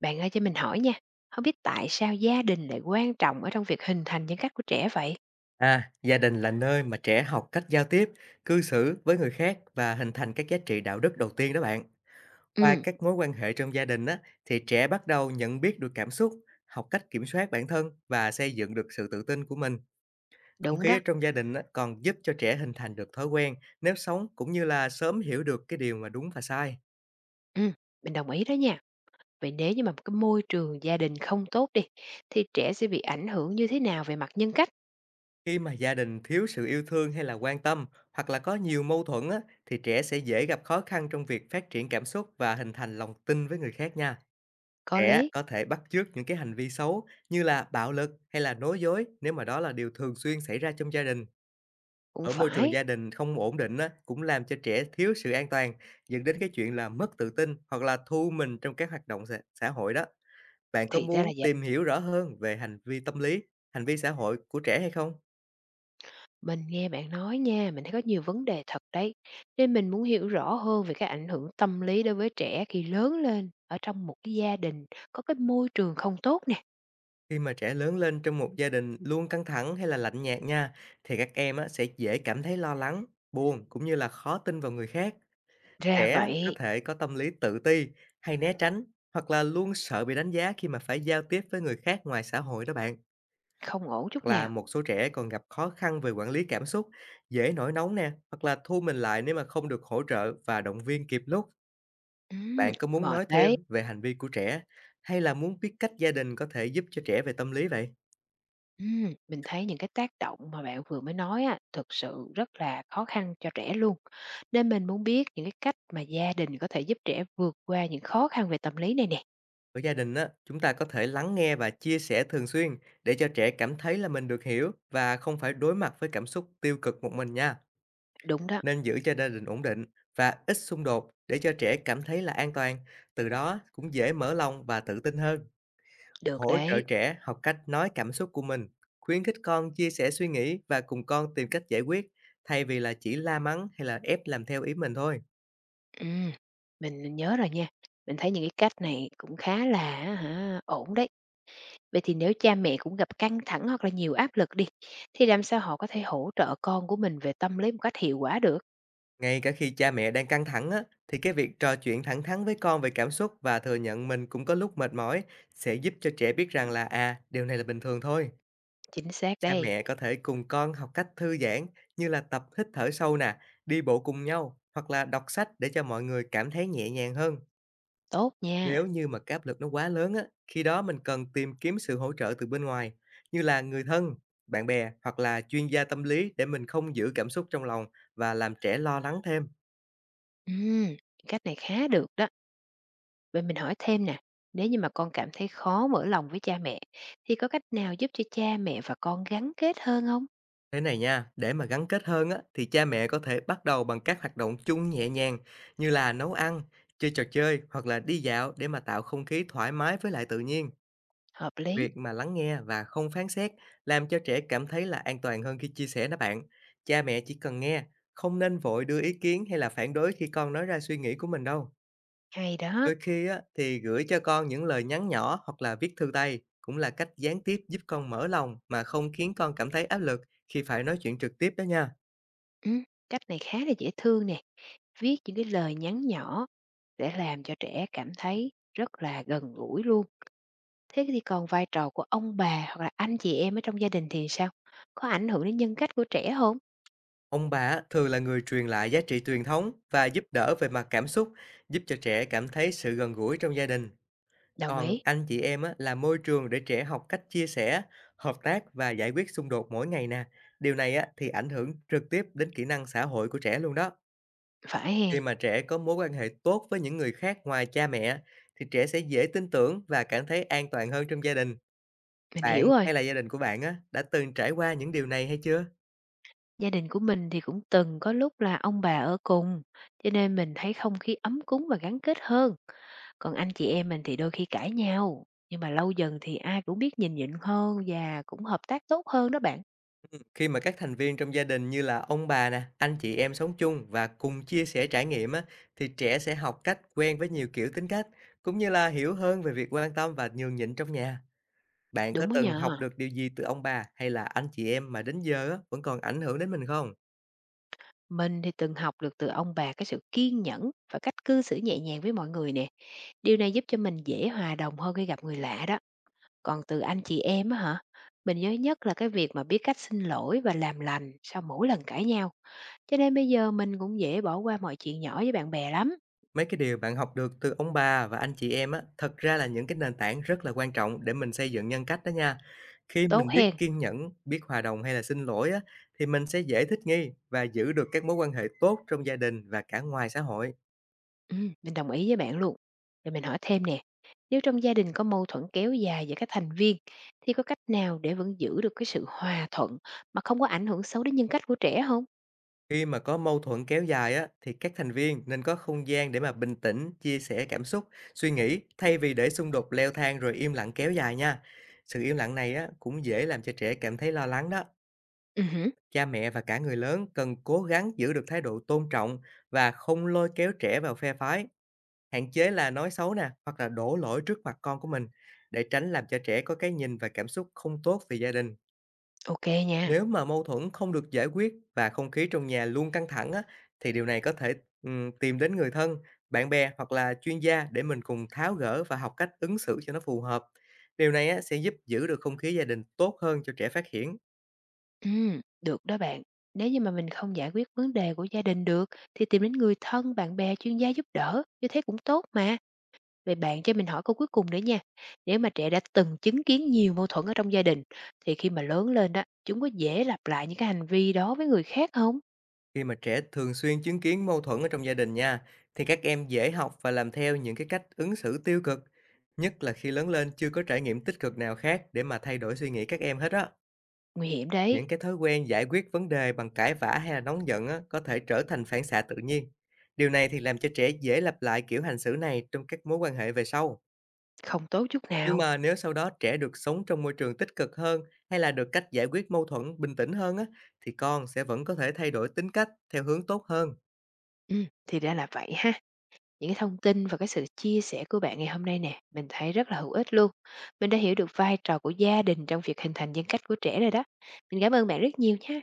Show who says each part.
Speaker 1: Bạn ơi cho mình hỏi nha, không biết tại sao gia đình lại quan trọng ở trong việc hình thành nhân cách của trẻ vậy?
Speaker 2: À, gia đình là nơi mà trẻ học cách giao tiếp, cư xử với người khác và hình thành các giá trị đạo đức đầu tiên đó bạn. Qua
Speaker 1: Ừm,
Speaker 2: các mối quan hệ trong gia đình á, thì trẻ bắt đầu nhận biết được cảm xúc, học cách kiểm soát bản thân và xây dựng được sự tự tin của mình. Không
Speaker 1: Đúng
Speaker 2: khí ở
Speaker 1: đó.
Speaker 2: trong gia đình á, còn giúp cho trẻ hình thành được thói quen nếp sống cũng như là sớm hiểu được cái điều mà đúng và sai.
Speaker 1: Ừm, mình đồng ý đó nha. Vậy nếu như mà một cái môi trường gia đình không tốt đi, thì trẻ sẽ bị ảnh hưởng như thế nào về mặt nhân cách?
Speaker 2: Khi mà gia đình thiếu sự yêu thương hay là quan tâm hoặc là có nhiều mâu thuẫn á, thì trẻ sẽ dễ gặp khó khăn trong việc phát triển cảm xúc và hình thành lòng tin với người khác nha.
Speaker 1: Có
Speaker 2: Trẻ
Speaker 1: lý,
Speaker 2: có thể bắt chước những cái hành vi xấu như là bạo lực hay là nói dối nếu mà đó là điều thường xuyên xảy ra trong gia đình.
Speaker 1: cũng
Speaker 2: Ở môi trường
Speaker 1: phải.
Speaker 2: gia đình không ổn định á, cũng làm cho trẻ thiếu sự an toàn, dẫn đến cái chuyện là mất tự tin hoặc là thu mình trong các hoạt động xã xã hội đó. Bạn có
Speaker 1: Thì ra là
Speaker 2: muốn
Speaker 1: vậy.
Speaker 2: tìm hiểu rõ hơn về hành vi tâm lý, hành vi xã hội của trẻ hay không?
Speaker 1: Mình nghe bạn nói nha, mình thấy có nhiều vấn đề thật đấy. Nên mình muốn hiểu rõ hơn về cái ảnh hưởng tâm lý đối với trẻ khi lớn lên ở trong một cái gia đình có cái môi trường không tốt nè.
Speaker 2: Khi mà trẻ lớn lên trong một gia đình luôn căng thẳng hay là lạnh nhạt nha, thì các em á, sẽ dễ cảm thấy lo lắng, buồn cũng như là khó tin vào người khác.
Speaker 1: Ra
Speaker 2: Trẻ có
Speaker 1: vậy,
Speaker 2: thể có tâm lý tự ti hay né tránh hoặc là luôn sợ bị đánh giá khi mà phải giao tiếp với người khác ngoài xã hội đó bạn.
Speaker 1: không ổn
Speaker 2: Hoặc
Speaker 1: chút
Speaker 2: là
Speaker 1: nào.
Speaker 2: một số trẻ còn gặp khó khăn về quản lý cảm xúc, dễ nổi nóng nè, hoặc là thu mình lại nếu mà không được hỗ trợ và động viên kịp lúc.
Speaker 1: Ừm,
Speaker 2: Bạn có muốn
Speaker 1: Mệt
Speaker 2: nói
Speaker 1: đấy.
Speaker 2: thêm về hành vi của trẻ hay là muốn biết cách gia đình có thể giúp cho trẻ về tâm lý vậy?
Speaker 1: Mình thấy những cái tác động mà bạn vừa mới nói á, thực sự rất là khó khăn cho trẻ luôn. Nên mình muốn biết những cái cách mà gia đình có thể giúp trẻ vượt qua những khó khăn về tâm lý này nè.
Speaker 2: Ở gia đình á, chúng ta có thể lắng nghe và chia sẻ thường xuyên để cho trẻ cảm thấy là mình được hiểu và không phải đối mặt với cảm xúc tiêu cực một mình nha.
Speaker 1: Đúng đó,
Speaker 2: Nên giữ cho gia đình ổn định và ít xung đột để cho trẻ cảm thấy là an toàn, từ đó cũng dễ mở lòng và tự tin hơn.
Speaker 1: được
Speaker 2: Hỗ trợ
Speaker 1: đấy.
Speaker 2: trẻ học cách nói cảm xúc của mình, khuyến khích con chia sẻ suy nghĩ và cùng con tìm cách giải quyết, thay vì là chỉ la mắng hay là ép làm theo ý mình thôi.
Speaker 1: Ừm, mình nhớ rồi nha. Mình thấy những cái cách này cũng khá là ổn đấy. Vậy thì nếu cha mẹ cũng gặp căng thẳng hoặc là nhiều áp lực đi, thì làm sao họ có thể hỗ trợ con của mình về tâm lý một cách hiệu quả được?
Speaker 2: Ngay cả khi cha mẹ đang căng thẳng á, thì cái việc trò chuyện thẳng thắn với con về cảm xúc và thừa nhận mình cũng có lúc mệt mỏi sẽ giúp cho trẻ biết rằng là à, điều này là bình thường thôi.
Speaker 1: Chính xác
Speaker 2: Cha
Speaker 1: đây.
Speaker 2: mẹ có thể cùng con học cách thư giãn như là tập hít thở sâu nè, đi bộ cùng nhau hoặc là đọc sách để cho mọi người cảm thấy nhẹ nhàng hơn.
Speaker 1: Tốt nha.
Speaker 2: Nếu như mà cái áp lực nó quá lớn á, khi đó mình cần tìm kiếm sự hỗ trợ từ bên ngoài như là người thân, bạn bè hoặc là chuyên gia tâm lý để mình không giữ cảm xúc trong lòng và làm trẻ lo lắng thêm.
Speaker 1: Ừm, Cách này khá được đó. Vậy mình hỏi thêm nè, nếu như mà con cảm thấy khó mở lòng với cha mẹ, thì có cách nào giúp cho cha mẹ và con gắn kết hơn không?
Speaker 2: Thế này nha, để mà gắn kết hơn á thì cha mẹ có thể bắt đầu bằng các hoạt động chung nhẹ nhàng như là nấu ăn, chơi trò chơi hoặc là đi dạo để mà tạo không khí thoải mái với lại tự nhiên.
Speaker 1: Hợp lý,
Speaker 2: Việc mà lắng nghe và không phán xét làm cho trẻ cảm thấy là an toàn hơn khi chia sẻ đó bạn. Cha mẹ chỉ cần nghe, không nên vội đưa ý kiến hay là phản đối khi con nói ra suy nghĩ của mình đâu.
Speaker 1: hay đó.
Speaker 2: Đôi khi á, thì gửi cho con những lời nhắn nhỏ hoặc là viết thư tay cũng là cách gián tiếp giúp con mở lòng mà không khiến con cảm thấy áp lực khi phải nói chuyện trực tiếp đó nha.
Speaker 1: Ừm, Cách này khá là dễ thương nè. Viết những cái lời nhắn nhỏ để làm cho trẻ cảm thấy rất là gần gũi luôn. Thế thì còn vai trò của ông bà hoặc là anh chị em ở trong gia đình thì sao? Có ảnh hưởng đến nhân cách của trẻ không?
Speaker 2: Ông bà á, thường là người truyền lại giá trị truyền thống và giúp đỡ về mặt cảm xúc, giúp cho trẻ cảm thấy sự gần gũi trong gia đình.
Speaker 1: Đồng
Speaker 2: Còn
Speaker 1: ý.
Speaker 2: anh chị em á, là môi trường để trẻ học cách chia sẻ, hợp tác và giải quyết xung đột mỗi ngày nè. Điều này á, thì ảnh hưởng trực tiếp đến kỹ năng xã hội của trẻ luôn đó.
Speaker 1: Phải hèn,
Speaker 2: Khi mà trẻ có mối quan hệ tốt với những người khác ngoài cha mẹ, thì trẻ sẽ dễ tin tưởng và cảm thấy an toàn hơn trong gia đình.
Speaker 1: mình
Speaker 2: Bạn
Speaker 1: hiểu rồi.
Speaker 2: hay là gia đình của bạn á, đã từng trải qua những điều này hay chưa?
Speaker 1: Gia đình của mình thì cũng từng có lúc là ông bà ở cùng, cho nên mình thấy không khí ấm cúng và gắn kết hơn. Còn anh chị em mình thì đôi khi cãi nhau, nhưng mà lâu dần thì ai cũng biết nhìn nhịn hơn và cũng hợp tác tốt hơn đó bạn.
Speaker 2: Khi mà các thành viên trong gia đình như là ông bà nè, anh chị em sống chung và cùng chia sẻ trải nghiệm á, thì trẻ sẽ học cách quen với nhiều kiểu tính cách, cũng như là hiểu hơn về việc quan tâm và nhường nhịn trong nhà. Bạn có
Speaker 1: Đúng đó
Speaker 2: từng học
Speaker 1: nhờ.
Speaker 2: được điều gì từ ông bà hay là anh chị em mà đến giờ á, vẫn còn ảnh hưởng đến mình không?
Speaker 1: Mình thì từng học được từ ông bà cái sự kiên nhẫn và cách cư xử nhẹ nhàng với mọi người nè. Điều này giúp cho mình dễ hòa đồng hơn khi gặp người lạ đó. Còn từ anh chị em á hả? Mình nhớ nhất là cái việc mà biết cách xin lỗi và làm lành sau mỗi lần cãi nhau. Cho nên bây giờ mình cũng dễ bỏ qua mọi chuyện nhỏ với bạn bè lắm.
Speaker 2: Mấy cái điều bạn học được từ ông bà và anh chị em á, thật ra là những cái nền tảng rất là quan trọng để mình xây dựng nhân cách đó nha. Khi
Speaker 1: Tốt
Speaker 2: mình biết
Speaker 1: hen.
Speaker 2: kiên nhẫn, biết hòa đồng hay là xin lỗi á, thì mình sẽ dễ thích nghi và giữ được các mối quan hệ tốt trong gia đình và cả ngoài xã hội.
Speaker 1: Mình đồng ý với bạn luôn. Rồi mình hỏi thêm nè, nếu trong gia đình có mâu thuẫn kéo dài giữa các thành viên thì có cách nào để vẫn giữ được cái sự hòa thuận mà không có ảnh hưởng xấu đến nhân cách của trẻ không?
Speaker 2: Khi mà có mâu thuẫn kéo dài á, thì các thành viên nên có không gian để mà bình tĩnh, chia sẻ cảm xúc, suy nghĩ thay vì để xung đột leo thang rồi im lặng kéo dài nha. Sự im lặng này á, cũng dễ làm cho trẻ cảm thấy lo lắng đó.
Speaker 1: Ừ, hử,
Speaker 2: Cha mẹ và cả người lớn cần cố gắng giữ được thái độ tôn trọng và không lôi kéo trẻ vào phe phái, hạn chế là nói xấu nè hoặc là đổ lỗi trước mặt con của mình để tránh làm cho trẻ có cái nhìn và cảm xúc không tốt về gia đình.
Speaker 1: ok nha.
Speaker 2: Nếu mà mâu thuẫn không được giải quyết và không khí trong nhà luôn căng thẳng á, thì điều này có thể tìm đến người thân, bạn bè hoặc là chuyên gia để mình cùng tháo gỡ và học cách ứng xử cho nó phù hợp. Điều này á, sẽ giúp giữ được không khí gia đình tốt hơn cho trẻ phát triển.
Speaker 1: Được đó bạn. Nếu như mà mình không giải quyết vấn đề của gia đình được thì tìm đến người thân, bạn bè, chuyên gia giúp đỡ, như thế cũng tốt mà. Vậy bạn cho mình hỏi câu cuối cùng nữa nha. Nếu mà trẻ đã từng chứng kiến nhiều mâu thuẫn ở trong gia đình thì khi mà lớn lên đó, chúng có dễ lặp lại những cái hành vi đó với người khác không?
Speaker 2: Khi mà trẻ thường xuyên chứng kiến mâu thuẫn ở trong gia đình nha, thì các em dễ học và làm theo những cái cách ứng xử tiêu cực, nhất là khi lớn lên chưa có trải nghiệm tích cực nào khác để mà thay đổi suy nghĩ các em hết á.
Speaker 1: Nguy hiểm
Speaker 2: Những
Speaker 1: đấy,
Speaker 2: cái thói quen giải quyết vấn đề bằng cãi vã hay là nóng giận á, có thể trở thành phản xạ tự nhiên. Điều này thì làm cho trẻ dễ lặp lại kiểu hành xử này trong các mối quan hệ về sau.
Speaker 1: không tốt chút
Speaker 2: Nhưng
Speaker 1: nào.
Speaker 2: mà nếu sau đó trẻ được sống trong môi trường tích cực hơn hay là được cách giải quyết mâu thuẫn bình tĩnh hơn á, thì con sẽ vẫn có thể thay đổi tính cách theo hướng tốt hơn.
Speaker 1: Ừ, thì ra là vậy ha. Những cái thông tin và cái sự chia sẻ của bạn ngày hôm nay nè, mình thấy rất là hữu ích luôn. Mình đã hiểu được vai trò của gia đình trong việc hình thành nhân cách của trẻ rồi đó. Mình cảm ơn bạn rất nhiều nha.